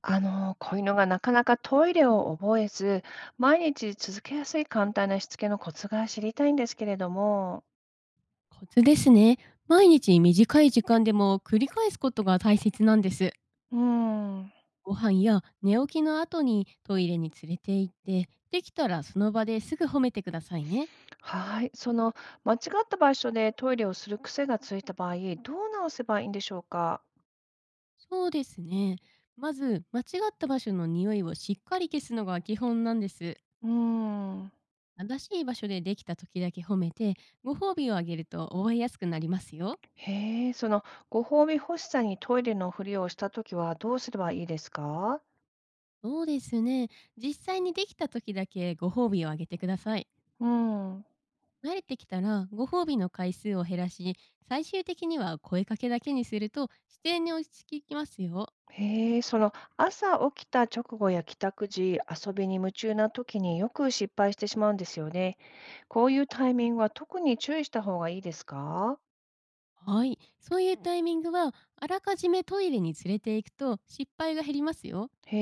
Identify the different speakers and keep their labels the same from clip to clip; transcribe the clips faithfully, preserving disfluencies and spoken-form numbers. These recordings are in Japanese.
Speaker 1: あの、子犬がなかなかトイレを覚えず、毎日続けやすい簡単なしつけのコツが知りたいんですけれども、
Speaker 2: コツですね。毎日短い時間でも繰り返すことが大切なんです。
Speaker 1: うーん、
Speaker 2: ご飯や寝起きの後にトイレに連れて行って、できたらその場ですぐ褒めてくださいね。
Speaker 1: はい。その間違った場所でトイレをする癖がついた場合、どう直せばいいんでしょうか。
Speaker 2: そうですね。まず、間違った場所の匂いをしっかり消すのが基本なんです。
Speaker 1: うーん、
Speaker 2: 正しい場所でできた時だけ褒めて、ご褒美をあげると覚えやすくなりますよ。
Speaker 1: へえ。そのご褒美欲しさにトイレのふりをしたときはどうすればいいですか。
Speaker 2: そうですね。実際にできた時だけご褒美をあげてください。
Speaker 1: うん。
Speaker 2: 慣れてきたらご褒美の回数を減らし、最終的には声かけだけにすると自然に落ち着きますよ。
Speaker 1: へえ。その朝起きた直後や帰宅時、遊びに夢中な時によく失敗してしまうんですよね。こういうタイミングは特に注意した方がいいですか？
Speaker 2: はい、そういうタイミングはあらかじめトイレに連れて行くと失敗が減りますよ。
Speaker 1: へ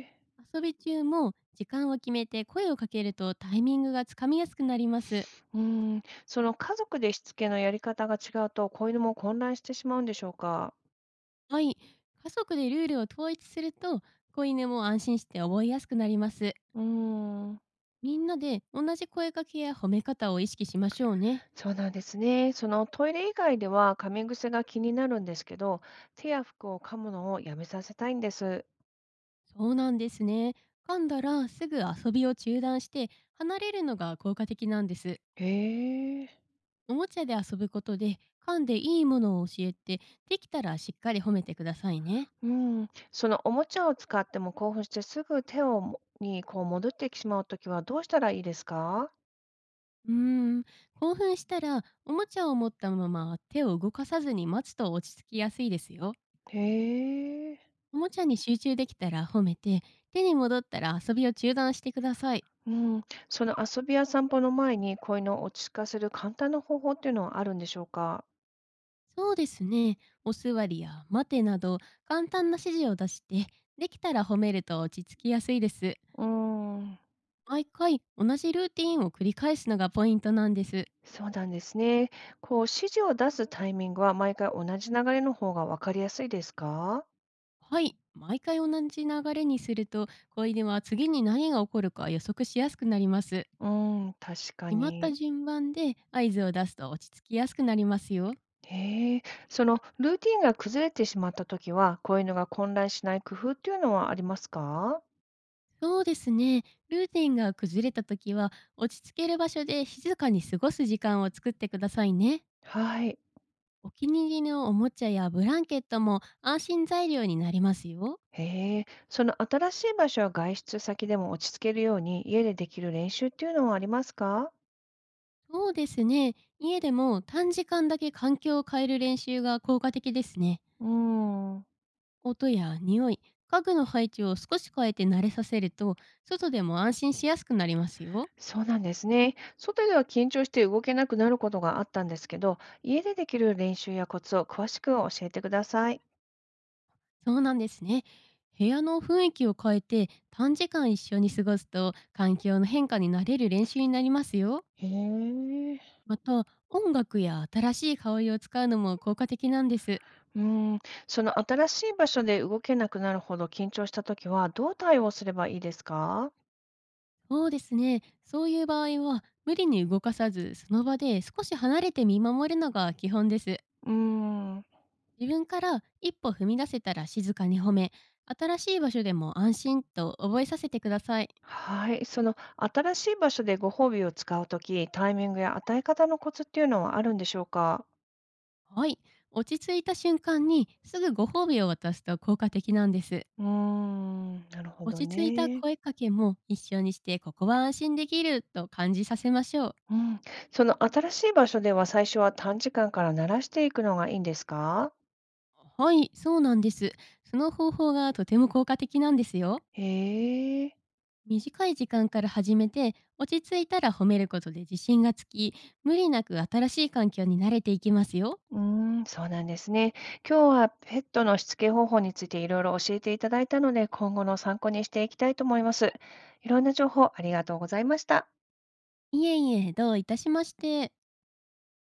Speaker 1: え。
Speaker 2: 遊び中も時間を決めて声をかけるとタイミングがつかみやすくなります。
Speaker 1: うん。その家族でしつけのやり方が違うと子犬も混乱してしまうんでしょうか？
Speaker 2: はい、家族でルールを統一すると子犬も安心して覚えやすくなります。
Speaker 1: うん、
Speaker 2: みんなで同じ声かけや褒め方を意識しましょうね。
Speaker 1: そうなんですね。そのトイレ以外では噛み癖が気になるんですけど、手や服を噛むのをやめさせたいんです。
Speaker 2: そうなんですね。噛んだらすぐ遊びを中断して離れるのが効果的なんです。
Speaker 1: へえ。
Speaker 2: おもちゃで遊ぶことで噛んでいいものを教えて、できたらしっかり褒めてくださいね。
Speaker 1: うん。そのおもちゃを使っても興奮してすぐ手をもにこう戻ってしまうときはどうしたらいいですか？
Speaker 2: うーん、興奮したらおもちゃを持ったまま手を動かさずに待つと落ち着きやすいですよ。
Speaker 1: へえ。
Speaker 2: おもちゃに集中できたら褒めて、手に戻ったら遊びを中断してください。
Speaker 1: うん。その遊びや散歩の前に子犬を落ち着かせる簡単な方法っていうのはあるんでしょうか？
Speaker 2: そうですね。お座りや待てなど簡単な指示を出して、できたら褒めると落ち着きやすいです。
Speaker 1: うーん、
Speaker 2: 毎回同じルーティーンを繰り返すのがポイントなんです。
Speaker 1: そうなんですね。こう指示を出すタイミングは毎回同じ流れの方が分かりやすいですか？
Speaker 2: はい、毎回同じ流れにすると、小犬は次に何が起こるか予測しやすくなります。
Speaker 1: うん、確か
Speaker 2: 決まった
Speaker 1: に。
Speaker 2: 順番で合図を出すと落ち着きやすくなりますよ。
Speaker 1: へえ。そのルーティンが崩れてしまったときは、子犬が混乱しない工夫っていうのはありますか？
Speaker 2: そうですね。ルーティンが崩れた時は、落ち着ける場所で静かに過ごす時間を作ってくださいね。
Speaker 1: はい。
Speaker 2: お気に入りのおもちゃやブランケットも安心材料になりますよ。
Speaker 1: へえ。その新しい場所や外出先でも落ち着けるように家でできる練習っていうのはありますか？
Speaker 2: そうですね。家でも短時間だけ環境を変える練習が効果的ですね。
Speaker 1: うーん。
Speaker 2: 音や匂い、家具の配置を少し変えて慣れさせると、外でも安心しやすくなりますよ。
Speaker 1: そうなんですね。外では緊張して動けなくなることがあったんですけど、家でできる練習やコツを詳しく教えてください。
Speaker 2: そうなんですね。部屋の雰囲気を変えて短時間一緒に過ごすと環境の変化に慣れる練習になりますよ。
Speaker 1: へえ。
Speaker 2: また音楽や新しい香りを使うのも効果的なんです。
Speaker 1: うん。その新しい場所で動けなくなるほど緊張したときは、どう対応すればいいですか？
Speaker 2: そうですね。そういう場合は、無理に動かさず、その場で少し離れて見守るのが基本です。
Speaker 1: うーん、
Speaker 2: 自分から一歩踏み出せたら静かに褒め、新しい場所でも安心と覚えさせてください。
Speaker 1: はい。その新しい場所でご褒美を使うとき、タイミングや与え方のコツっていうのはあるんでしょうか？
Speaker 2: はい。落ち着いた瞬間にすぐご褒美を渡すと効果的なんです。
Speaker 1: うーん、なるほど
Speaker 2: 落ち着いた
Speaker 1: ね。
Speaker 2: 声かけも一緒にして、ここは安心できると感じさせましょう。
Speaker 1: うん。その新しい場所では最初は短時間から慣らしていくのがいいんですか？
Speaker 2: はい、そうなんです。その方法がとても効果的なんですよ。
Speaker 1: へえ。
Speaker 2: 短い時間から始めて落ち着いたら褒めることで自信がつき、無理なく新しい環境に慣れていきますよ。
Speaker 1: うーん、そうなんですね。今日はペットのしつけ方法についていろいろ教えていただいたので、今後の参考にしていきたいと思います。いろんな情報ありがとうございました。
Speaker 2: いえいえ、どういたしまして。